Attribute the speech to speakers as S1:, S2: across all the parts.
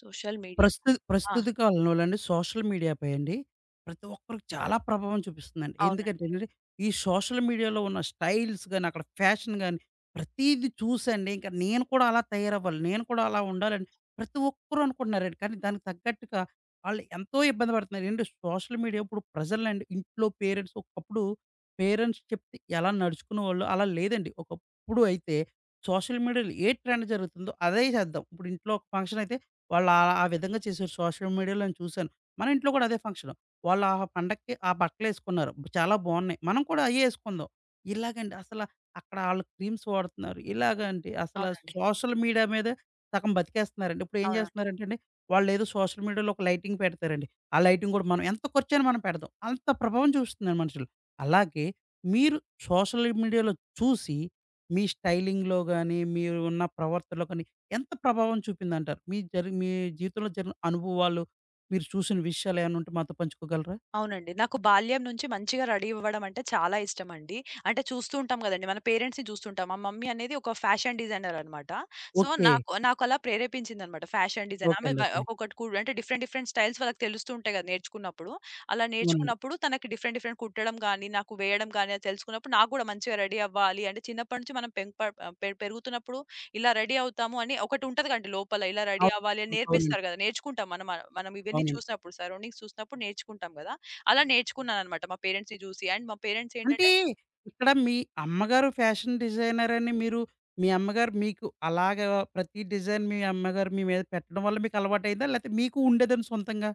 S1: Social media.
S2: ప్రస్తుత
S1: ఆ!
S2: ప్రస్తుత కాలంలోనండి సోషల్ మీడియాపై అండి ప్రతి ఒక్కరికి చాలా ప్రభావం చూపిస్తుందండి. ఎందుకంటే
S1: అవునండి.
S2: ఏంటంటే, ఈ సోషల్ మీడియాలో ఉన్న స్టైల్స్ గాని, అక్కడ ఫ్యాషన్ గాని ప్రతీది చూసండి ఇంక నేను కూడా అలా తయారవ్వాలి. నేను కూడా అలా ఉండాలని ప్రతి ఒక్కరు అనుకుంటున్నారండి. కానీ దానికి తగ్గట్టుగా ఆళ్ళు ఎంతో ఇబ్బంది పడుతున్నారు. ఏంటి సోషల్ మీడియా ఇప్పుడు ప్రజల్నండి ఇంట్లో పేరెంట్స్ ఒకప్పుడు పేరెంట్స్ చెప్తే ఎలా నడుచుకునేవాళ్ళు అలా లేదండి. ఒకప్పుడు అయితే సోషల్ మీడియాలో ఏ ట్రెండ్ జరుగుతుందో అదే చేద్దాం. ఇప్పుడు ఇంట్లో ఒక ఫంక్షన్ అయితే వాళ్ళు అలా ఆ విధంగా చేశారు. సోషల్ మీడియాలో నేను చూశాను. మన ఇంట్లో కూడా అదే ఫంక్షను. వాళ్ళు ఆ పండక్కి ఆ బట్టలేసుకున్నారు. చాలా బావున్నాయి. మనం కూడా అయ్యే యేసుకుందాం. ఇలాగండి అసల అక్కడ ఆళ్ళు క్రీమ్స్ వాడుతున్నారు. ఇలాగండి అసల
S1: అవునండి.
S2: సోషల్ మీడియా మీద సగం బతికేస్తున్నారండి. ఇప్పుడేం
S1: అవునండి.
S2: జేస్తున్నారంటే అండి, వాళ్ళేదో సోషల్ మీడియాలో ఒక లైటింగ్ పెడతారండి. ఆ లైటింగ్ గూడా మనం ఎంత ఖర్చయినా మనం పెడదాం. అంత ప్రభావం చూపిస్తున్నారు మనుషులు. అలాగే మీరు సోషల్ మీడియాలో చూసి, మీ స్టైలింగ్‌లో గాని, మీరు ఉన్న ప్రవర్తనలో కానీ ఎంత ప్రభావం చూపిందంటారు? మీ జీవితంలో జరిగిన అనుభవాలు, మీరు చూసిన విషయాలేమన్నా ఉంటే మాతో పంచుకోగలరా?
S1: అవునండి. నాకు బాల్యం నుంచి మంచిగా రెడీ అవ్వడం అంటే చాలా ఇష్టమండి. అంటే చూస్తూ ఉంటాం గదండీ. మన పేరెంట్స్‌ని జూస్తుంటాం. మా మమ్మీ అనేది ఒక ఫ్యాషన్ డిజైనర్ అన్నమాట. So,
S2: okay.
S1: నాకలా ప్రేరేపించిందన్నమాట. ఫ్యాషన్ డిజైన్
S2: ఓకే
S1: ఆమె
S2: అండి.
S1: వ
S2: ఓకే.
S1: ఒక్కొక్కటి కు అంటే డిఫరెంట్ డిఫరెంట్ స్టైల్స్ వాళ్ళకి తెలుస్తూ ఉంటాయి గదా! నేర్చుకున్నప్పుడు. అలా
S2: అవునండి.
S1: నేర్చుకున్నప్పుడు తనకి డిఫరెంట్ డిఫరెంట్ కుట్టడం గానీ, నాకు వేయడం గానీ అది తెలుసుకున్నప్పుడు నాకు గూడా మంచిగా రెడీ అవ్వాలి అంటే చిన్నప్పటి నుంచి మనం పెంప పెరుగుతున్నప్పుడు ఇలా రెడీ అవుతాము అని ఒకటి ఉంటది గదండీ లోపల. ఇలా రెడీ అవ్వాలి అని
S2: అవు అవునండి.
S1: నేర్పిస్తారు గదా! నేర్చుకుంటాం మనం మనం ఇవన్నీ
S2: అవునండి.
S1: చూసినప్పుడు సరౌండింగ్స్ చూసినప్పుడు నేర్చుకుంటాం గదా! అలా నేర్చుకున్నాననమాట మా పేరెంట్స్‌ని జూసి. అండ్ మా పేరెంట్స్ ఏంటంటే
S2: అంటే ఇక్కడ మీ అమ్మగారు ఫ్యాషన్ డిజైనర్ అని మీరు మీ అమ్మగారు మీకు అలాగా ప్రతి డిజైన్ మీ అమ్మగారు మీ మీద పెట్టడం వల్ల మీకు అలవాటయిందా? లేతే మీకు ఉండేదని సొంతంగా?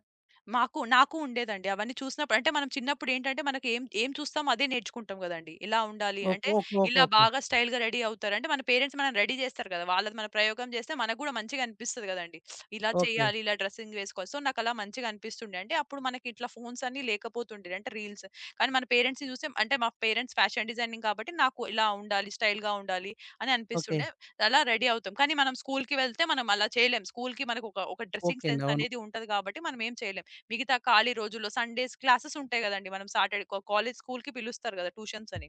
S1: నాకు ఉండేదండి. అవన్నీ చూసినప్పుడు అంటే మనం చిన్నప్పుడేంటంటే మనకి ఏం ఏం చూస్తామో అదే నేర్చుకుంటాం గదండీ. ఇలా ఉండాలి
S2: ఓకే.
S1: అంటే,
S2: ఓకే. ఓకే.
S1: ఇలా
S2: ఓకే.
S1: బాగా స్టైల్‌గా రెడీ అవుతారు. అంటే మన పేరెంట్స్ మనల్ని రెడీ జేస్తారు గదా! వాళ్ళది మన ప్రయోగం జేస్తే మనకు గూడా మంచిగా అనిపిస్తది గదండీ. ఇలా
S2: ఓకే.
S1: చేయాలి, ఇలా డ్రెస్సింగ్ వేసుకోవాలి. సో, నాకలా మంచిగా అనిపిస్తుండే. అంటే అప్పుడు మనకి ఇట్లా ఫోన్స్ అన్నీ లేకపోతుండే. అంటే రీల్స్. కానీ మన పేరెంట్స్‌ని చూసి అంటే మా పేరెంట్స్ ఫ్యాషన్ డిజైనింగ్ కాబట్టి నాకు ఇలా ఉండాలి, స్టైల్‌గా ఉండాలి అని
S2: ఓకే.
S1: అనిపిస్తుండే. అలా రెడీ అవుతాం. కానీ మనం స్కూల్‌కి వెళ్తే మనం అలా చేయలేం. స్కూల్‌కి మనకు ఒక ఒక డ్రెస్సింగ్
S2: ఓకే అండి.
S1: సెన్స్
S2: అవును.
S1: అనేది ఉంటది గాబట్టి మనం ఏం చేయలేం. మిగతా ఖాళీ రోజుల్లో సండేస్ క్లాసెస్ ఉంటాయి గదండీ! మనం సాటర్‌డే కా కాలేజ్ స్కూల్‌కి పిలుస్తారు గదా! ట్యూషన్స్ అని.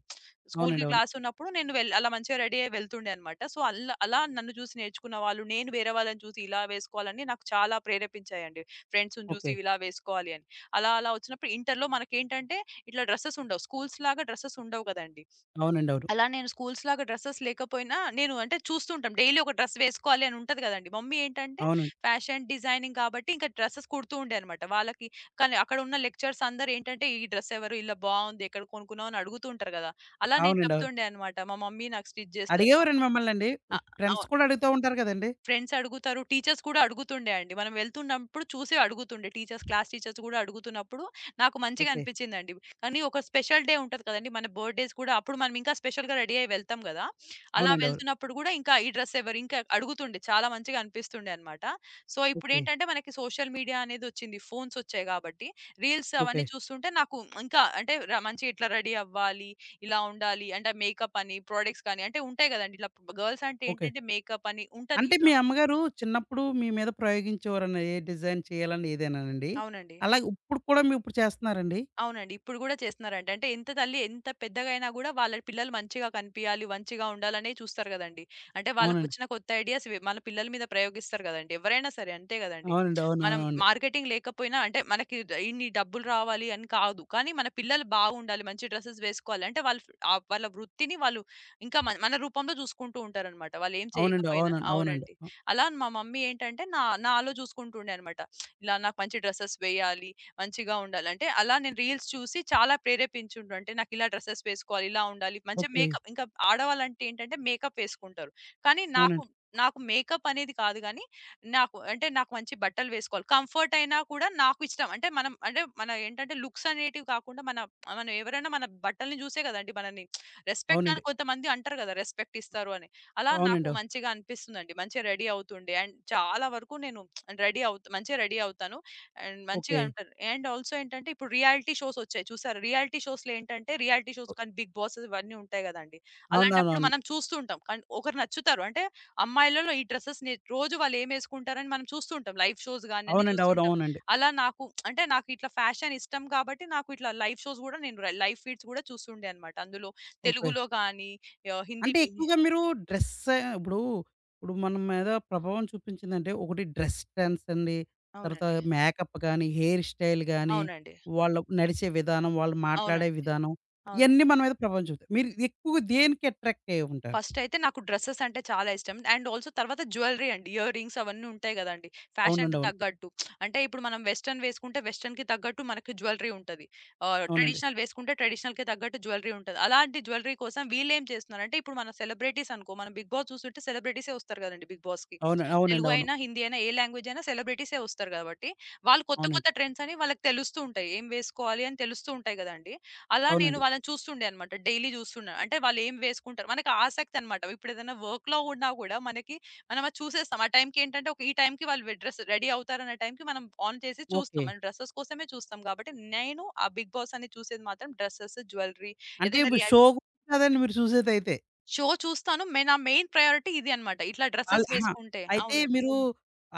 S1: స్కూల్‌కి
S2: అవునండి. అవును.
S1: క్లాస్ ఉన్నప్పుడు నేను వెళ్ అలా మంచిగా రెడీ అయ్యి వెళ్తుండే అన్నమాట. సో, అల్లా అలా నన్ను చూసి నేర్చుకున్న వాళ్ళు, నేను వేరే వాళ్ళని చూసి ఇలా వేసుకోవాలని నాకు చాలా ప్రేరేపించాయండి. ఫ్రెండ్స్‌ని చూసి
S2: ఓకే.
S1: ఇలా వేసుకోవాలి అని. అలా అలా వచ్చినప్పుడు ఇంటర్‌లో మనకేంటంటే ఇట్లా డ్రెసెస్ ఉండవు. స్కూల్స్ లాగా డ్రెసెస్ ఉండవు గదండీ!
S2: అవునండి. అవును.
S1: అలా నేను స్కూల్స్ లాగా డ్రెసెస్ లేకపోయినా నేను అంటే చూస్తుంటాం. డైలీ ఒక డ్రెస్ వేసుకోవాలి అని ఉంటది గదండీ. మమ్మీ ఏంటంటే
S2: అవునండి.
S1: ఫ్యాషన్ డిజైనింగ్ కాబట్టి ఇంకా డ్రెసెస్ కుడుతూ ఉండే అనమాట. వాళ్ళకి కానీ అక్కడ ఉన్న లెక్చరర్స్ అందరూ ఏంటంటే ఈ డ్రెస్ ఎవరు ఇలా బావుంది. ఎక్కడ కొనుక్కున్నావు అని అడుగుతూ ఉంటారు గదా! అలా నేను
S2: అవునండి. అవును.
S1: చెప్తుండే అనమాట. మా మమ్మీ నాకు స్టిచ్ జేస్తారు. మా
S2: అడిగేవారండి మమ్మల్నండి?
S1: ఆ!
S2: ఫ్రెండ్స్
S1: అవును.
S2: కూడా అడుగుతా ఉంటారు గదండీ!
S1: ఫ్రెండ్స్ అడుగుతారు. టీచర్స్ కూడా అడుగుతుండే అండి. మనం వెళ్తున్నప్పుడు చూసి అడుగుతుండే టీచర్స్, క్లాస్ టీచర్స్ గూడా అడుగుతున్నప్పుడు నాకు మంచిగా
S2: ఓకే.
S1: అనిపించిందండి. కానీ ఒక స్పెషల్ డే ఉంటది కదండీ! మన బర్త్‌డేస్ కూడా అప్పుడు మనం ఇంకా స్పెషల్‌గా రెడీ అయ్యి వెళ్తాం గదా! అలా
S2: అవునండి. అవును.
S1: వెళ్తున్నప్పుడు గూడా ఇంకా ఈ డ్రెస్ ఎవరు ఇంకా అడుగుతుండే. చాలా మంచిగా అనిపిస్తుండే అన్నమాట. So,
S2: okay.
S1: ఇప్పుడేంటంటే మనకి సోషల్ మీడియా అనేదొచ్చింది. ఫోన్స్ వచ్చాయి గాబట్టి రీల్స్
S2: ఓకే.
S1: అవన్నీ చూస్తుంటే నాకు ఇంకా అంటే ర మంచిగా ఇట్లా రెడీ అవ్వాలి, ఇలా ఉండాలి అంటే మేకప్ అని, ప్రొడక్ట్స్ కానీ అంటే ఉంటాయి గదండీ! ఇట్లా గర్ల్స్ అంటే
S2: ఓకే.
S1: ఏంటంటే మేకప్ అని ఉంటది
S2: అంటే
S1: ఇట్లా.
S2: మీ అమ్మగారు చిన్నప్పుడు మీ మీద ప్రయోగించేవారని ఏ డిజైన్ చేయాలని ఇదేనానండి?
S1: అవునండి.
S2: అలాగే ఇప్పుడు కూడా మీ ఇప్పుడు చేస్తున్నారండి?
S1: అవునండి. ఇప్పుడు గూడా చేస్తున్నారంట. అంటే ఎంత తల్లి ఎంత పెద్దగా అయినా గూడా వాళ్ళ పిల్లలు మంచిగా కనిపియాలి, మంచిగా ఉండాలనే చూస్తారు గదండీ. అంటే
S2: అవునండి.
S1: వాళ్ళకొచ్చిన కొత్త ఐడియాస్ వె మన పిల్లల మీద ప్రయోగిస్తారు గదండీ. ఎవరైనా సరే అంతే గదండీ.
S2: అవునండి.
S1: మనం
S2: అవునవునండి.
S1: మార్కెటింగ్ లేకపోయినా అంటే మనకి డ- ఇన్ని డబ్బులు రావాలి అని కాదు. కానీ మన పిల్లలు బాగుండాలి, మంచి డ్రెసెస్ వేసుకోవాలి అంటే వాళ్ళు ఆ వాళ్ళ వృత్తిని వాళ్ళు ఇంకా మన మన రూపంలో చూసుకుంటూ ఉంటారనమాట. వాళ్ళేం
S2: అవునండి.
S1: చేయకపోయినా
S2: అవునండి. అవునండి.
S1: అవునండి.
S2: అ!
S1: అలా మా మమ్మీ ఏంటంటే నాలో చూసుకుంటుండే అనమాట. ఇలా నాకు మంచి డ్రెసెస్ వేయాలి. మంచిగా ఉండాలి. అంటే అలా నేను రీల్స్ చూసి చాలా ప్రేరేపించుండు. అంటే నాకిలా డ్రెసెస్ వేసుకోవాలి, ఇలా ఉండాలి. మంచిగా
S2: ఓకే.
S1: మేకప్ ఇంకా ఆడవాళ్ళంటే ఏంటంటే మేకప్ వేసుకుంటారు. కానీ నాకు
S2: అవునండి.
S1: నాకు మేకప్ అనేది కాదు గానీ, నాకు అంటే నాకు మంచి బట్టలు వేసుకోవాలి. కంఫర్ట్ అయినా కూడా నాకు ఇష్టం. అంటే మనం అంటే మన ఏంటంటే లుక్స్ అనేటివి కాకుండా మన మనం ఎవరైనా మన బట్టల్ని చూసే కదండీ మనల్ని రెస్పెక్ట్ అని
S2: అవునండి.
S1: కొంతమంది అంటారు కదా! రెస్పెక్ట్ ఇస్తారు అని. అలా నాకు
S2: అవునండి.
S1: మంచిగా అనిపిస్తుందండి. మంచిగా రెడీ అవుతుండే. అండ్ చాలా వరకు నేను రెడీ అవుత్ మంచిగా రెడీ అవుతాను. అండ్ మంచిగా
S2: ఓకే.
S1: అంటారు. అండ్ ఆల్సో ఏంటంటే ఇప్పుడు రియాలిటీ షోస్ వచ్చాయి చూసారా? రియాలిటీ షోస్‌లో ఏంటంటే రియాలిటీ షోస్
S2: ఓ
S1: కానీ బిగ్ బాస్ ఇవన్నీ ఉంటాయి గదండీ! అలాంటప్పుడు
S2: అవునవునవును.
S1: మనం చూస్తూ ఉంటాం. కానీ ఒకరు నచ్చుతారు. అంటే అమ్మాయిలలో ఈ డ్రెసెస్‌ని రోజు వాళ్ళు ఏమేసుకుంటారని మనం చూస్తూ ఉంటాం. లైవ్ షోస్ గాని అన్నీ
S2: అవునండి.
S1: చూస్తూ
S2: అవును.
S1: ఉంటాం.
S2: అవునండి.
S1: అలా నాకు అంటే నాకు ఇట్లా ఫ్యాషన్ ఇష్టం కాబట్టి నాకు ఇట్లా లైవ్ షోస్ గూడా నేను ర లైవ్ ఫీడ్స్ గూడా చూస్తుండే అన్నమాట. అందులో
S2: ఓకే.
S1: తెలుగులో గానీ, ఆహ్, హిందీ
S2: అంటే
S1: బి
S2: ఎక్కువగా మీరు డ్రెస్ ఇప్పుడు ఇప్పుడు మన మీద ప్రభావం చూపించిందంటే ఒకటి డ్రెస్ సెన్స్ అండి. తర్వాత
S1: అవునండి.
S2: మేకప్ గానీ, హెయిర్ స్టైల్ గానీ,
S1: అవునండి.
S2: వాళ్ళు నడిచే విధానం, వాళ్ళు మాట్లాడే
S1: అవునండి.
S2: విధానం
S1: అవునండి.
S2: ఇయన్నీ మన మీద ప్రభావం చూపుతాయి. మీరు ఎక్కువగా దేనికి అట్రాక్ట్ అయ్యి ఉంటారు?
S1: ఫస్టయితే నాకు డ్రెసెస్ అంటే చాలా ఇష్టం. అండ్ ఆల్సో తర్వాత జ్యువెలరీ అండి. ఇయర్ రింగ్స్ అవన్నీ ఉంటాయి గదండీ!
S2: అవునండి.
S1: ఫ్యాషన్‌కి
S2: అవును.
S1: తగ్గట్టు. అంటే ఇప్పుడు మనం వెస్టర్న్ వేసుకుంటే వెస్టర్న్‌కి తగ్గట్టు మనకి జ్యువెలరీ ఉంటది. ఆహ్,
S2: అవునండి.
S1: ట్రెడిషనల్ వేసుకుంటే ట్రెడిషనల్‌కి తగ్గట్టు జ్యువెలరీ ఉంటది. అలాంటి జ్యువెలరీ కోసం వీళ్ళేం చేస్తున్నారంటే ఇప్పుడు మన సెలబ్రిటీస్ అనుకో మనం 'బిగ్ బాస్' చూస్తుంటే సెలబ్రిటీసే వస్తారు గదండీ 'బిగ్ బాస్‌కి'.
S2: అవును.
S1: తెలుగు
S2: అవునండి. అవును.
S1: అయినా, హిందీ అయినా ఏ లాంగ్వేజ్ అయినా సెలబ్రిటీసే వస్తారు గాబట్టి, వాళ్ళు కొత్త కొత్త
S2: అవునండి.
S1: ట్రెండ్స్ అని వాళ్ళకి తెలుస్తూ ఉంటాయి. ఏం వేసుకోవాలి అని తెలుస్తూ ఉంటాయి గదండీ! అలా నేను
S2: అవునండి.
S1: వాళ్ళని చూస్తుండే అనమాట. డైలీ చూస్తున్నా. అంటే వాళ్ళేం వేసుకుంటారు. మనకి ఆసక్తి అనమాట. ఇప్పుడేదైనా వర్క్‌లో ఉన్నా గూడా మనకి మనం అది చూసేస్తాం. ఆ టైంకి ఏంటంటే ఒక ఈ టైంకి వాళ్ళు వె డ్రెస్ రెడీ అవుతారన్న టైంకి మనం ఆన్ చేసి చూస్తాం.
S2: ఓకే.
S1: మనం డ్రెసెస్ కోసమే చూస్తాం కాబట్టి నేను ఆ 'బిగ్ బాస్' అనేది చూసేది మాత్రం డ్రెసెస్, జ్యువెల్లరీ
S2: అంటే
S1: ఏదైనా
S2: ఇప్పుడు షో
S1: రియాలిటీ
S2: కదండీ మీరు చూసేదైతే.
S1: షో చూస్తాను. మే నా మెయిన్ ప్రయారిటీ ఇది అనమాట. ఇట్లా
S2: ఆళ్ళు
S1: డ్రెసెస్
S2: అహా!
S1: వేసుకుంటే
S2: అయితే
S1: అవును.
S2: మీరు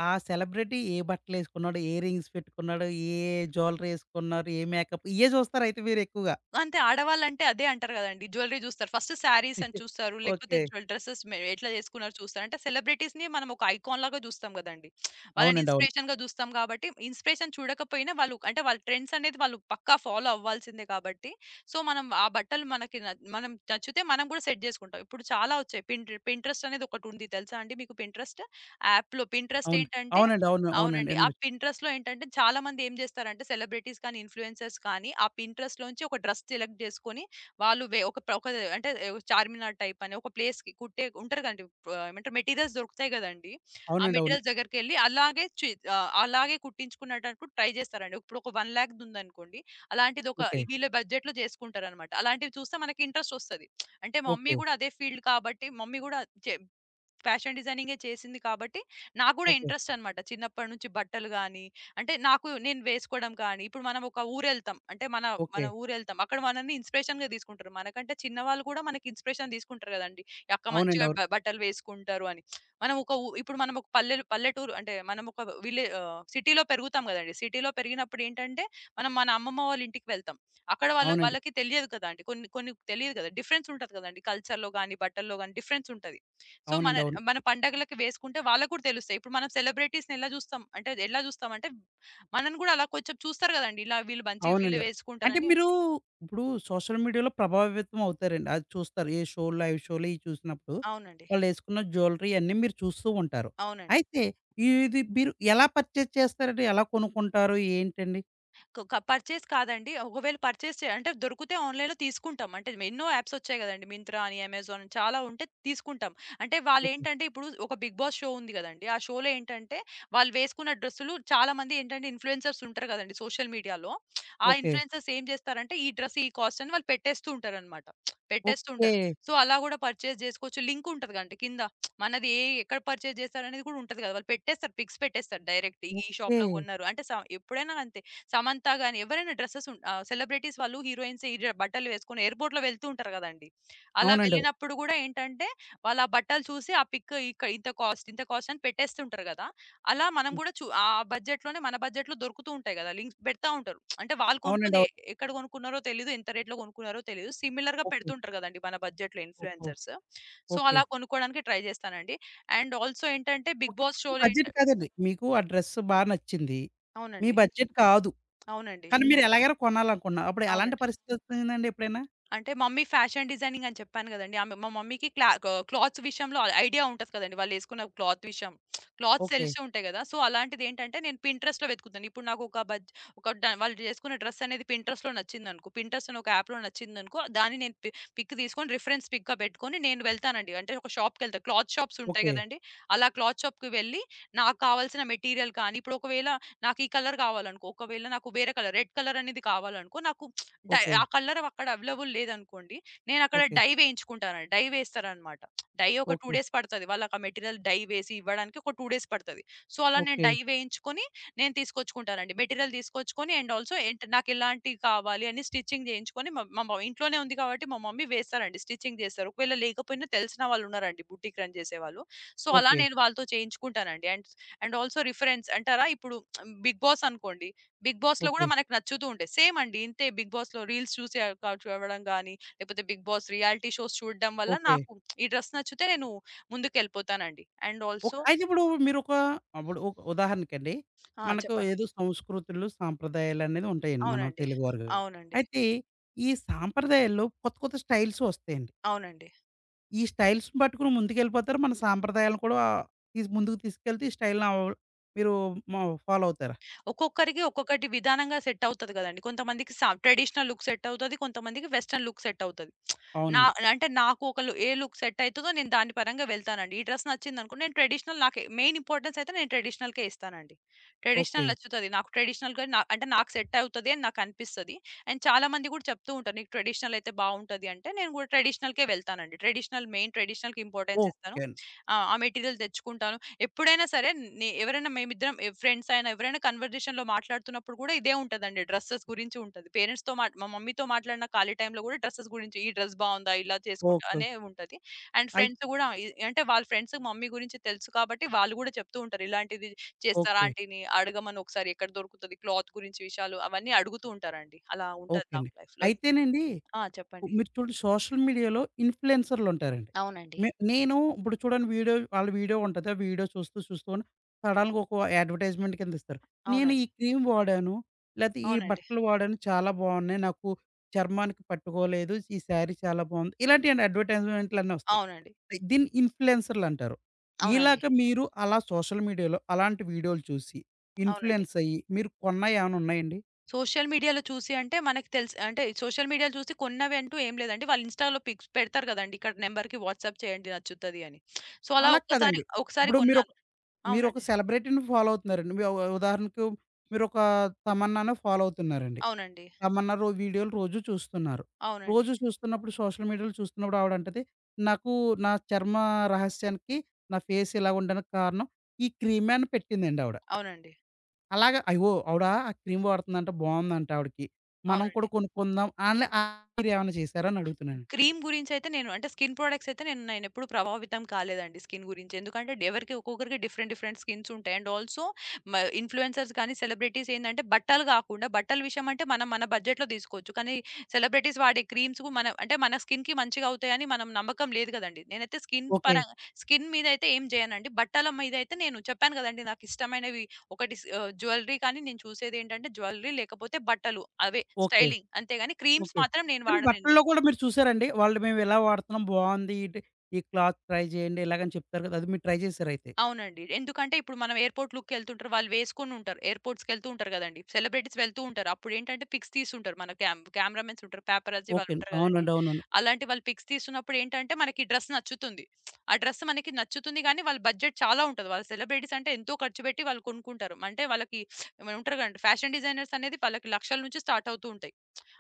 S2: ఆ సెలబ్రిటీ ఏ బట్టలేసుకున్నాడు, ఏ రింగ్స్ పెట్టుకున్నాడు, ఏ జ్యువెల్లరీ ఏసుకున్నారు, ఏ మేకప్ ఇయ్యే జూస్తారయితే మీరెక్కువగా.
S1: అంతే. ఆడవాళ్ళంటే అదే అంటారు గదండీ! జ్యువెల్లరీ జూస్తారు. ఫస్ట్ శారీస్ అని చూస్తారు. లేకపోతే
S2: ఓకే.
S1: జ్యువెల్ డ్రెసెస్ మె ఎట్లా జేసుకున్నారో చూస్తారు. అంటే సెలబ్రిటీస్‌ని మనం ఒక ఐకాన్‌లాగా జూస్తాం గదండీ! వాళ్ళని
S2: అవునండి. అవును.
S1: ఇన్‌స్పిరేషన్‌గా జూస్తాం గాబట్టి, ఇన్‌స్పిరేషన్ చూడకపోయినా వాళ్ళు అంటే వాళ్ళ ట్రెండ్స్ అనేది వాళ్ళు పక్కా ఫాలో అవ్వాల్సిందే కాబట్టి, సో, మనం ఆ బట్టలు మనకి న మనం నచ్చితే మనం గూడా సెట్ జేసుకుంటాం. ఇప్పుడు చాలా ఒచ్చాయి. పింట్ర్ పింట్రెస్ట్ అనేది ఒకటుంది తెలుసా అండి మీకు పింట్రెస్ట్? యాప్‌లో పింట్రెస్ట్
S2: అవును.
S1: ఏంటంటే
S2: అవునండి. అవును. అవునండి.
S1: అవునండి. ఆ
S2: ఎన్నో
S1: పింట్రెస్ట్‌లో ఏంటంటే చాలా మంది ఏం చేస్తారంటే సెలబ్రిటీస్ కానీ, ఇన్‌ఫ్లూయెన్సర్స్ కానీ ఆ పింట్రెస్ట్‌లోంచి ఒక డ్రెస్ సెలెక్ట్ చేసుకొని వాళ్ళు వే ఒక ప్ర ఒక అంటే ఒక చార్మినార్ టైప్ అని ఒక ప్లేస్‌కి కుట్టే ఉంటారు కదండీ! ఆహ్, ఏమంటారు మెటీరియల్స్ దొరుకుతాయి కదండీ! ఆ
S2: అవునండి. అవును.
S1: మెటీరియల్స్ దగ్గరికెళ్లి అలాగే చి ఆహ్, అలాగే కుట్టించుకునేటట్టు ట్రై చేస్తారండి. ఇప్పుడు ఒక 1,00,000 ఉందనుకోండి. అలాంటిది ఒక
S2: ఓకే.
S1: ఈ వీళ్ళ బడ్జెట్‌లో చేసుకుంటారనమాట. అలాంటివి చూస్తే మనకి ఇంట్రెస్ట్ వస్తది. అంటే మమ్మీ
S2: ఓకే.
S1: గూడా అదే ఫీల్డ్ కాబట్టి మమ్మీ గూడా చే ఫ్యాషన్ డిజైనింగే చేసింది కాబట్టి నాకు గూడా
S2: ఓకే.
S1: ఇంట్రెస్ట్ అనమాట. చిన్నప్పటి నుంచి బట్టలు గాని, అంటే నాకు నేను వేసుకోవడం కానీ, ఇప్పుడు మనం ఒక ఊరెళ్తాం. అంటే మన మన
S2: ఓకే.
S1: ఊరెళ్తాం. అక్కడ మనల్ని ఇన్స్‌పిరేషన్‌గా తీసుకుంటారు. మనకంటే చిన్నవాళ్ళు గూడా మనకి ఇన్స్‌పిరేషన్ తీసుకుంటారు గదండీ! ఈ అక్క
S2: అవునండి.
S1: మంచిగా
S2: అవును.
S1: బ బట్టలు వేసుకుంటారు అని. మనం ఒక ఊ ఇప్పుడు మనం ఒక పల్లెలు పల్లెటూరు అంటే మనం ఒక విలే ఆహ్, సిటీలో పెరుగుతాం గదండీ! సిటీలో పెరిగినప్పుడు ఏంటంటే మనం మన అమ్మమ్మ వాళ్ళ ఇంటికి వెళ్తాం. అక్కడ వాళ్ళ
S2: అవునండి.
S1: వాళ్ళకి తెలియదు కదండీ! కొన్ని కొన్ని తెలియదు గదా! డిఫరెన్స్ ఉంటది గదండీ! కల్చర్‌లో గాని, బట్టల్లో గాని డిఫరెన్స్ ఉంటది. సో, మన
S2: అవునండి. అవును.
S1: మన పండగలకి వేసుకుంటే వాళ్ళకి కూడా తెలుస్తాయి. ఇప్పుడు మనం సెలబ్రిటీస్‌ని ఎలా జూస్తాం అంటే, ఎలా జూస్తామంటే మనని గూడా అలా కొంచెం చూస్తారు గదండీ! ఇలా వీళ్ళు మంచిగా వీళ్ళు
S2: అవునండి. అంటే
S1: వేసుకుంటారని.
S2: మీరు ఇప్పుడు సోషల్ మీడియాలో ప్రభావితం అవుతారండి. అది చూస్తారు. ఏ షోలు, లైవ్ షోలు ఇయి చూసినప్పుడు
S1: అవునండి.
S2: వాళ్ళేసుకున్న జ్యువెలరీ అన్నీ మీరు చూస్తూ ఉంటారు.
S1: అవునండి.
S2: అయితే ఇది మీరు ఎలా పర్చేజ్ చేస్తారండి? ఎలా కొనుక్కుంటారు? ఏంటండి?
S1: క క పర్చేస్ కాదండి. ఒకవేళ పర్చేస్ చే అంటే దొరికితే ఆన్‌లైన్‌లో తీసుకుంటాం. అంటే ఎన్నో యాప్స్ వచ్చాయి గదండీ! మింత్రా అని, అమెజాన్ అని చాలా ఉంటే తీసుకుంటాం. అంటే
S2: ఓకే.
S1: వాళ్ళేంటంటే ఇప్పుడు ఒక 'బిగ్ బాస్' షో ఉంది గదండీ! ఆ షోలో ఏంటంటే వాళ్ళు వేసుకున్న డ్రెస్సులు చాలామంది ఏంటంటే ఇన్‌ఫ్లుయెన్సర్స్ ఉంటారు గదండీ సోషల్ మీడియాలో. ఆ
S2: ఓకే.
S1: ఇన్‌ఫ్లుయెన్సర్స్ ఏం జేస్తారంటే ఈ డ్రెస్, ఈ కాస్ట్ అని వాళ్ళు పెట్టేస్తూ ఉంటారనమాట. పెట్టేస్తూ
S2: ఓకే.
S1: ఉంటారు. సో, అలా గూడా పర్చేస్ జేసుకోవచ్చు. లింక్ ఉంటది గదండీ కింద. మనది ఏ ఎక్కడ పర్చేస్ జేశారనేది గూడా ఉంటది గదా! వాళ్ళు పెట్టేస్తారు పిక్స్ పెట్టేస్తారు డైరెక్ట్. ఈ
S2: ఓకే.
S1: షాప్‌లో గొన్నారు. అంటే స ఎప్పుడైనా అంతే. సమంత గాని ఎవరైనా డ్రెసెస్ ఉన్ ఆహ్, సెలబ్రిటీస్ వాళ్ళు హీరోయిన్స్ ఈ డ్ర బట్టలు వేసుకొని ఎయిర్‌పోర్ట్‌లో వెళ్తూ ఉంటారు గదండీ! అలా
S2: అవునండి.
S1: వెళ్ళినప్పుడు గూడా ఏంటంటే, వాళ్ళు ఆ బట్టలు చూసి ఆ పిక్ ఇక ఇంత కాస్ట్, ఇంత కాస్ట్ అని పెట్టేస్తుంటారు గదా! అలా మనం
S2: హ్మ్.
S1: గూడా చు ఆ బడ్జెట్‌లోనే మన బడ్జెట్‌లో దొరుకుతూ ఉంటాయి గదా! లింక్స్ పెడతా ఉంటారు. అంటే వాళ్ళు
S2: అవునండి.
S1: కొనుక్కుంది
S2: అవును.
S1: ఎ ఎక్కడ కొనుక్కున్నారో తెలీదు, ఎంత రేట్‌లో కొనుక్కున్నారో తెలీదు. సిమిలర్‌గా
S2: ఓకే.
S1: పెడుతుంటారు గదండీ మన బడ్జెట్‌లో
S2: ఓహో!
S1: ఇన్‌ఫ్లుయెన్సర్స్. So,
S2: okay.
S1: అలా కొనుక్కోవడానికి ట్రై జేస్తానండి. అండ్ ఆల్సో ఏంటంటే 'బిగ్
S2: ఓకే.
S1: బాస్'
S2: మీ
S1: షోలో ఏంట
S2: బడ్జెట్ కాదండి. మీకు ఆ డ్రెస్ బా నచ్చింది. మీ
S1: అవునండి.
S2: బడ్జెట్ కాదు.
S1: అవునండి.
S2: కానీ మీరు ఎలాగైనా కొనాలనుకున్నారు. అప్పుడు ఎలాంటి
S1: అవునండి.
S2: పరిస్థితి వచ్చిందండి ఎప్పుడైనా?
S1: అంటే మమ్మీ ఫ్యాషన్ డిజైనింగ్ అని చెప్పాను గదండీ! ఆమె మా మమ్మీకి క్లా క క్లాత్స్ విషయంలో ఐడియా ఉంటది కదండీ! వాళ్ళేసుకున్న క్లాత్ విషయం. Clothes
S2: okay.
S1: తెలిసి ఉంటాయి గదా! సో, అలాంటిదేంటంటే నేను పింట్రెస్ట్‌లో వెతుకుతాను. ఇప్పుడు నాకు ఒక బజ్ ఒక డ వాళ్ళు జేసుకున్న డ్రెస్ అనేది పింట్రెస్ట్‌లో నచ్చిందనుకో, పింట్రెస్ట్ అనే ఒక యాప్‌లో నచ్చిందనుకో, దాన్ని నేను పి పిక్ తీసుకొని రిఫరెన్స్ పిక్‌గా పెట్టుకొని నేను వెళ్తానండి. అంటే ఒక షాప్‌కెళ్తా. క్లాత్ షాప్స్ ఉంటాయి
S2: ఓకే.
S1: గదండీ! అలా క్లాత్ షాప్‌కి వెళ్ళి నాకు కావాల్సిన మెటీరియల్ కానీ ఇప్పుడు ఒకవేళ నాకు ఈ కలర్ కావాలనుకో, ఒకవేళ నాకు వేరే కలర్ రెడ్ కలర్ అనేది కావాలనుకో, నాకు డై
S2: ఓకే.
S1: ఆ కలర్ అక్కడ అవైలబుల్ లేదనుకోండి, నేనక్కడ
S2: ఓకే.
S1: డై వేయించుకుంటాను. డై వేస్తారనమాట. డై ఒక 2
S2: ఓకే.
S1: డేస్ పడతది. వాళ్ళకా మెటీరియల్ డై వేసి ఇవ్వడానికి ఒక 2 డేస్ పడతది. సో, అలా నేను
S2: ఓకే.
S1: డై వేయించుకొని, నేను తీసుకొచ్చుకుంటానండి. మెటీరియల్ తీసుకొచ్చుకొని అండ్ ఆల్సో ఏంట్ నాకెలాంటివి కావాలి అని స్టిచ్చింగ్ చేయించుకొని మా మా మ ఇంట్లోనే ఉంది కాబట్టి మా మమ్మీ వేస్తారండి. స్టిచ్చింగ్ చేస్తారు. ఒకవేళ లేకపోయినా తెలిసిన వాళ్ళున్నారండి బుటీక్ రన్ చేసేవాళ్ళు. సో, అలా
S2: ఓకే.
S1: నేను వాళ్ళతో చేయించుకుంటానండి. అండ్, అండ్ ఆల్సో రిఫరెన్స్ అంటారా ఇప్పుడు 'బిగ్ బాస్' అనుకోండి బిగ్ బాస్‌లో గూడా
S2: ఓకే.
S1: మనకు నచ్చుతూ ఉంటాయి. సేమ్ అండి. ఇంతే బిగ్ బాస్‌లో రీల్స్ చూసి ఆహ్, క చూడడం గాని, లేకపోతే బిగ్ బాస్ రియాలిటీ షోస్ చూడడం వల్ల
S2: ఓకే.
S1: నాకు ఈ డ్రెస్ నచ్చితే నేను ముందుకెళ్ళిపోతానండి. And also
S2: okay. అయితే ఇప్పుడు మీరొక అప్పుడు ఒక ఉదాహరణకండి.
S1: ఆ!
S2: మనకు
S1: చెప్పండి.
S2: ఏదో సంస్కృతులు, సాంప్రదాయాలనేది ఉంటాయండి మనం
S1: అవునండి.
S2: తెలుగువారుగా.
S1: అవునండి.
S2: అయితే ఈ సాంప్రదాయాల్లో కొత్త కొత్త స్టైల్స్ వస్తాయండి.
S1: అవునండి.
S2: ఈ స్టైల్స్‌ని పట్టుకొని ముందుకెళ్ళిపోతారా? మన సాంప్రదాయాలను కూడా తీసి ముందుకు తీసుకెళ్తే ఈ స్టైల్‌ని అవ మీరు మా ఫాలో అవుతారా?
S1: ఒక్కొక్కరికి ఒక్కొక్కటి విధానంగా సెట్ అవుతది గదండీ. కొంతమందికి సా ట్రెడిషనల్ లుక్ సెట్ అవుతది. కొంతమందికి వెస్టర్న్ లుక్ సెట్ అవుతది. నా
S2: అవునండి.
S1: అంటే నాకు ఒక లు ఏ లుక్ సెట్ అయితదో నేను దాని పరంగా వెళ్తానండి. ఈ డ్రెస్ నచ్చిందనుకో నేను ట్రెడిషనల్ నాకు మెయిన్ ఇంపార్టెన్స్ అయితే నేను ట్రెడిషనల్‌కే ఇస్తానండి.
S2: ఓకే.
S1: ట్రెడిషనల్ నచ్చుతది. నాకు ట్రెడిషనల్‌గా నా అంటే నాకు సెట్ అవుతది అని నాకనిపిస్తది. అండ్ చాలామంది గూడా చెప్తూ ఉంటారు. నీకు ట్రెడిషనల్ అయితే బావుంటది అంటే నేను గూడా ట్రెడిషనల్‌కే వెళ్తానండి. ట్రెడిషనల్ మెయిన్ ట్రెడిషనల్‌కి ఇంపార్టెన్స్ ఇస్తాను.
S2: ఓకే అండి.
S1: ఆహ్, ఆ మెటీరియల్ తెచ్చుకుంటాను. ఎప్పుడైనా సరే నే ఎవరైనా మేమిద్దరం ఎ ఫ్రెండ్స్ అయినా ఎవరైనా కన్వర్జేషన్‌లో మాట్లాడుతున్నప్పుడు గూడా ఇదే ఉంటదండి. డ్రెసెస్ గురించి ఉంటది. పేరెంట్స్‌తో మాట్ మా మా మమ్మీతో మాట్లాడిన ఖాళీ టైమ్‌లో గూడా డ్రెసెస్ గురించి, "ఈ డ్రెస్ బావుందా? ఇలా చేసుకుంటా"
S2: ఓకే.
S1: అనే ఉంటది. అండ్
S2: అయి
S1: ఫ్రెండ్స్ గూడా అంటే వాళ్ళ ఫ్రెండ్స్ మమ్మీ గురించి తెలుసు కాబట్టి వాళ్ళు గూడా చెప్తూ ఉంటారు. ఇలాంటిది చేస్తారా
S2: ఓకే.
S1: ఆంటీని? అడగమను ఒకసారి ఎక్కడ దొరుకుతది క్లాత్ గురించి విషయాలు అవన్నీ అడుగుతూ ఉంటారండి. అలా ఉంటది
S2: ఓకే
S1: నాకు
S2: అండి.
S1: లైఫ్‌లో ఇంకా.
S2: అయితేనండి
S1: ఆ! చెప్పండి.
S2: మీరు చూడండి సోషల్ మీడియాలో ఇన్‌ఫ్లూయెన్సర్‌లుంటారండి.
S1: అవునండి.
S2: నేను ఇప్పుడు చూడండి వీడియో ఉంటది. ఆ వీడియో చూస్తూ చూస్తూ సడెన్‌గా ఒక అడ్వర్టైజ్‌మెంట్ కింద ఇస్తారు. నేను
S1: అవునండి.
S2: ఈ క్రీమ్ వాడాను. లేతే ఈ
S1: అవునండి.
S2: బట్టలు వాడాను చాలా బాగున్నాయి. నాకు చర్మానికి పట్టుకోలేదు. ఈ శారీ చాలా బాగుంది. ఇలాంటియండి అడ్వర్టైజ్‌మెంట్లన్నీ వస్తాయి.
S1: అవునండి.
S2: దీన్ని ఇన్‌ఫ్లూయెన్సర్‌లంటారు.
S1: అవునండి. అవునండి.
S2: ఇలాగ మీరు అలా సోషల్ మీడియాలో అలాంటి వీడియోలు చూసి
S1: అవునండి.
S2: ఇన్‌ఫ్లూయెన్స్ అయ్యి మీరు కొన్నయేమన్నా ఉన్నాయండి?
S1: సోషల్ మీడియాలో చూసి అంటే మనకు తెలుసు, అంటే సోషల్ మీడియాలో చూసి కొన్నవి అంటూ ఏం లేదండి. వాళ్ళు ఇన్‌స్టాలో పిక్స్ పెడతారు గదండీ! ఇక్కడ నంబర్‌కి వాట్సాప్ చేయండి నచ్చుతది అని. సో, అలా
S2: అలా
S1: ఒక్కసారి,
S2: కాదండి.
S1: ఒకసారి
S2: ఇప్పుడు మీరు
S1: కొన్నాను.
S2: మీరొక
S1: అవునండి.
S2: సెలబ్రిటీని ఫాలో అవుతున్నారండి. మీ ఉ ఉదాహరణకు మీరొక తమన్నాని ఫాలో అవుతున్నారండి.
S1: అవునండి.
S2: తమన్నా రో వీడియోలు రోజు చూస్తున్నారు.
S1: అవునండి.
S2: రోజు చూస్తున్నప్పుడు సోషల్ మీడియాలో చూస్తున్నప్పుడు ఆవిడంటది, "నాకు నా చర్మ రహస్యానికి నా ఫేస్ ఇలా ఉండడానికి కారణం ఈ క్రీమే" అని పెట్టిందండి ఆవిడ.
S1: అవునండి.
S2: అలాగా అయ్యో! ఆవిడ ఆ క్రీమ్ వాడుతుందంట బావుందంట ఆవిడకి. మనం
S1: అవునండి.
S2: కూడా కొనుక్కుందాం అని మీరేమన్నా చేసారా అని అడుగుతున్నాను.
S1: క్రీమ్ గురించైతే నేను అంటే స్కిన్ ప్రొడక్ట్స్ అయితే నేనెప్పుడు ప్రభావితం కాలేదండి స్కిన్ గురించి. ఎందుకంటే ఎవరికి ఒక్కొక్కరికి డిఫరెంట్ డిఫరెంట్ స్కిన్స్ ఉంటాయి. అండ్ ఆల్సో ఇన్‌ఫ్లుయెన్సర్స్ కానీ, సెలబ్రిటీస్ ఏందంటే బట్టలు గాకుండా, బట్టల విషయం అంటే మనం మన బడ్జెట్‌లో తీసుకోవచ్చు. కానీ సెలబ్రిటీస్ వాడే క్రీమ్స్‌కు మన అంటే మన స్కిన్‌కి మంచిగా అవుతాయని మనం నమ్మకం లేదు గదండీ. నేనైతే స్కిన్
S2: ఓకే.
S1: పరంగా, స్కిన్ మీదైతే ఏం జేయనండి. బట్టల మీదైతే నేను చెప్పాను గదండీ, నాకిష్టమైనవి ఒకటి జ్యువెల్లరీ, కానీ నేను చూసేదేంటంటే జ్యువెల్లరీ లేకపోతే బట్టలు అవే
S2: ఓకే.
S1: స్టైలింగ్. అంతేగాని క్రీమ్స్
S2: ఓకే.
S1: మాత్రం నేను
S2: కానీ
S1: వాడనండి.
S2: బట్టల్లో కూడా మీరు చూసారండి? వాళ్ళు మేము ఇలా వాడుతున్నాం బావుంది. ఇటు ఈ క్లాత్ ట్రై చేయండి ఇలాగని చెప్తారు కదా! అది మీరు ట్రై చేసారైతే.
S1: అవునండి. ఎందుకంటే ఇప్పుడు మనం ఎయిర్‌పోర్ట్ లుక్‌కెళ్తుంటారు. వాళ్ళు వేసుకొనుంటారు. ఎయిర్‌పోర్ట్స్‌కెళ్తూ ఉంటారు గదండీ! సెలబ్రిటీస్ వెళ్తూ ఉంటారు. అప్పుడేంటంటే పిక్స్ తీసుంటారు. మన కెమెరామెన్స్ ఉంటారు. పేపరాజీ
S2: ఓకే అండి.
S1: వాళ్ళుంటారు గదండీ!
S2: అవునండి. అవునవును.
S1: అలాంటి వాళ్ళు పిక్స్ తీస్తున్నప్పుడేంటంటే మనకి డ్రెస్ నచ్చుతుంది. ఆ డ్రెస్ మనకి నచ్చుతుంది గానీ, వాళ్ళ బడ్జెట్ చాలా ఉంటది. వాళ్ళ సెలబ్రిటీస్ అంటే ఎంతో ఖర్చు పెట్టి వాళ్ళు కొనుక్కుంటారు. అంటే వాళ్ళకి ఏమైనా ఉంటారు గదండీ! ఫ్యాషన్ డిజైనర్స్ అనేది వాళ్ళకి లక్షల నుంచి స్టార్ట్ అవుతూ ఉంటాయి.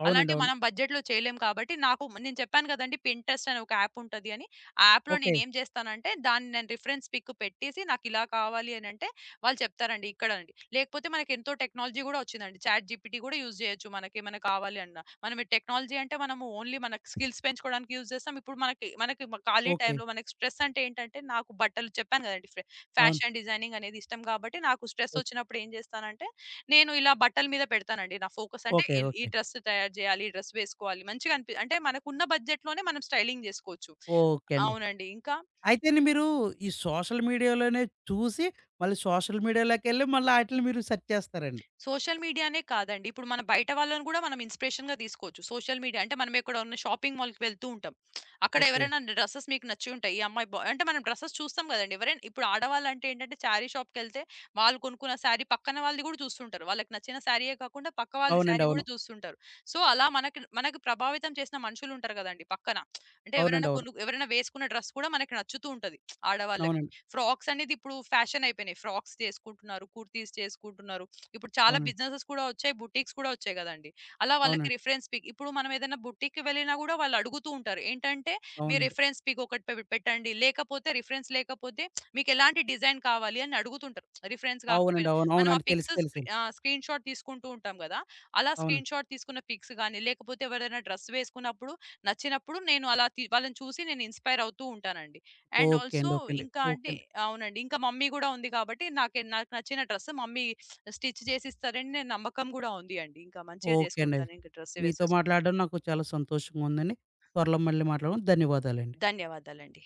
S2: అవునండి.
S1: అలాంటివి
S2: అవును.
S1: మనం బడ్జెట్‌లో చేయలేం కాబట్టి, నాకు నేను చెప్పాను కదండీ! పింట్రెస్ట్ అనే ఒక యాప్ ఉంటది అని. ఆ యాప్‌లో
S2: ఓకే.
S1: నేనేం జేస్తానంటే, దాన్ని నేను రిఫరెన్స్ పిక్ పెట్టేసి, నాకిలా కావాలి అనంటే, వాళ్ళు చెప్తారండి ఇక్కడ అని. లేకపోతే మనకెంతో టెక్నాలజీ గూడా వచ్చిందండి. చాట్ జీపీటీ గూడా యూజ్ జేయొచ్చు మనకేమైనా కావాలి అన్నా. మనం ఈ టెక్నాలజీ అంటే, మనము ఓన్లీ మన స్కిల్స్ పెంచుకోవడానికి యూజ్ జేస్తాం. ఇప్పుడు మనకి మనకి మ ఖాళీ
S2: ఓకే.
S1: టైంలో మనకి స్ట్రెస్ అంటే ఏంటంటే, నాకు బట్టలు చెప్పాను గదండీ!
S2: అవును.
S1: ఫ్యాషన్ డిజైనింగ్ అనేది ఇష్టం గాబట్టి, నాకు స్ట్రెస్
S2: ఓకే.
S1: వచ్చినప్పుడు ఏం జేస్తానంటే నేను ఇలా బట్టల మీద పెడతానండి నా ఫోకస్. అంటే
S2: ఓకే.
S1: ఈ
S2: ఓకే.
S1: డ్రెస్ తయారు జేయాలి, ఈ డ్రెస్ వేసుకోవాలి మంచిగా అంటే మనకున్న బడ్జెట్‌లోనే మనం స్టైలింగ్ జేసుకోవచ్చు.
S2: ఓకే అండి.
S1: అవునండి. ఇంకా?
S2: అయితేని మీరు ఈ సోషల్ మీడియాలోనే చూసి మళ్ళీ సోషల్ మీడియాలోకెళ్ళి మళ్ళీ ఆటిలిని మీరు సెర్చ్ చేస్తారండి.
S1: సోషల్ మీడియానే కాదండి. ఇప్పుడు మన బయట వాళ్ళని గూడా మనం ఇన్‌స్పిరేషన్‌గా తీసుకోవచ్చు. సోషల్ మీడియా అంటే మనం ఎక్కడన్నా షాపింగ్ మాల్‌కి వెళ్తూ ఉంటాం. అక్కడ
S2: ఓకే.
S1: ఎవరైనా డ్రెసెస్ మీకు నచ్చి ఉంటాయి. ఈ అమ్మాయి బా అంటే మనం డ్రెసెస్ చూస్తాం గదండీ! ఎవరైనా ఇప్పుడు ఆడవాళ్ళంటే ఏంటంటే శారీ షాప్‌కెళ్తే వాళ్ళు కొనుక్కున్న శారీ పక్కన వాళ్ళది గూడా చూస్తుంటారు. వాళ్ళకి నచ్చిన శారీయే కాకుండా పక్క వాళ్ళది
S2: అవునండి.
S1: శారీ గూడా
S2: అవును.
S1: చూస్తుంటారు. సో, అలా మనకి మనకి ప్రభావితం చేసిన మనుషులుంటారు గదండీ! పక్కన. అంటే
S2: అవునండి. అవును.
S1: ఎవరైనా వేసుకున్న డ్రెస్ కూడా మనకి నచ్చుతూ ఉంటది ఆడవాళ్ళకి.
S2: అవునండి.
S1: ఫ్రాక్స్ అనేది ఇప్పుడు ఫ్యాషన్ అయిపోయినాయి. ఫ్రాక్స్ చేసుకుంటున్నారు. కుర్తీస్ చేసుకుంటున్నారు. ఇప్పుడు చాలా
S2: అవునండి.
S1: బిజినెసెస్ కూడా వచ్చాయి. బుటీక్స్ కూడా వచ్చాయి గదండీ. అలా వాళ్ళకి
S2: అవునండి.
S1: రిఫరెన్స్ పిక్, ఇప్పుడు మనం ఏదైనా బుటీక్‌కి వెళ్ళినా గూడా వాళ్ళు అడుగుతూ ఉంటారు. ఏంటంటే మీ
S2: అవునండి.
S1: రిఫరెన్స్ పిక్ ఒకటి పెట్టండి. లేకపోతే రిఫరెన్స్ లేకపోతే మీకెలాంటి డిజైన్ కావాలి అని అడుగుతుంటారు. రిఫరెన్స్
S2: అవునండి.
S1: గాకపోయినా
S2: అవును.
S1: మనం ఆ
S2: అవునండి. తెలుసు. తెలుసండి.
S1: స్క్రీన్ షాట్ తీసుకుంటూ ఉంటాం గదా! అలా
S2: అవునండి.
S1: స్క్రీన్ షాట్ తీసుకున్న పిక్స్ గాని లేకపోతే ఎవరైనా డ్రెస్ వేసుకున్నప్పుడు నచ్చినప్పుడు నేను అలా తీ వాళ్ళని చూసి నేను ఇన్‌స్పైర్ అవుతూ ఉంటానండి. అండ్
S2: ఓకే
S1: ఆల్సో
S2: అండి. ఓకే అండి.
S1: ఇంకా
S2: ఓకే
S1: అంటే
S2: అండి.
S1: అవునండి. ఇంకా మమ్మీ గూడా ఉంది కాబట్టి నాకు నచ్చిన డ్రెస్ మమ్మీ స్టిచ్ చేసిస్తారని నేను నమ్మకం గూడా ఉంది అండి. ఇంకా మంచిగా
S2: ఓకే అండి.
S1: జేసుకుంటాను. ఇంక డ్రెస్సే
S2: మీతో
S1: వేసేసుకుంటాను.
S2: మాట్లాడడం నాకు చాలా సంతోషంగా ఉందండి. త్వరలో మళ్ళీ మాట్లాడదాం. ధన్యవాదాలండి.
S1: ధన్యవాదాలండి.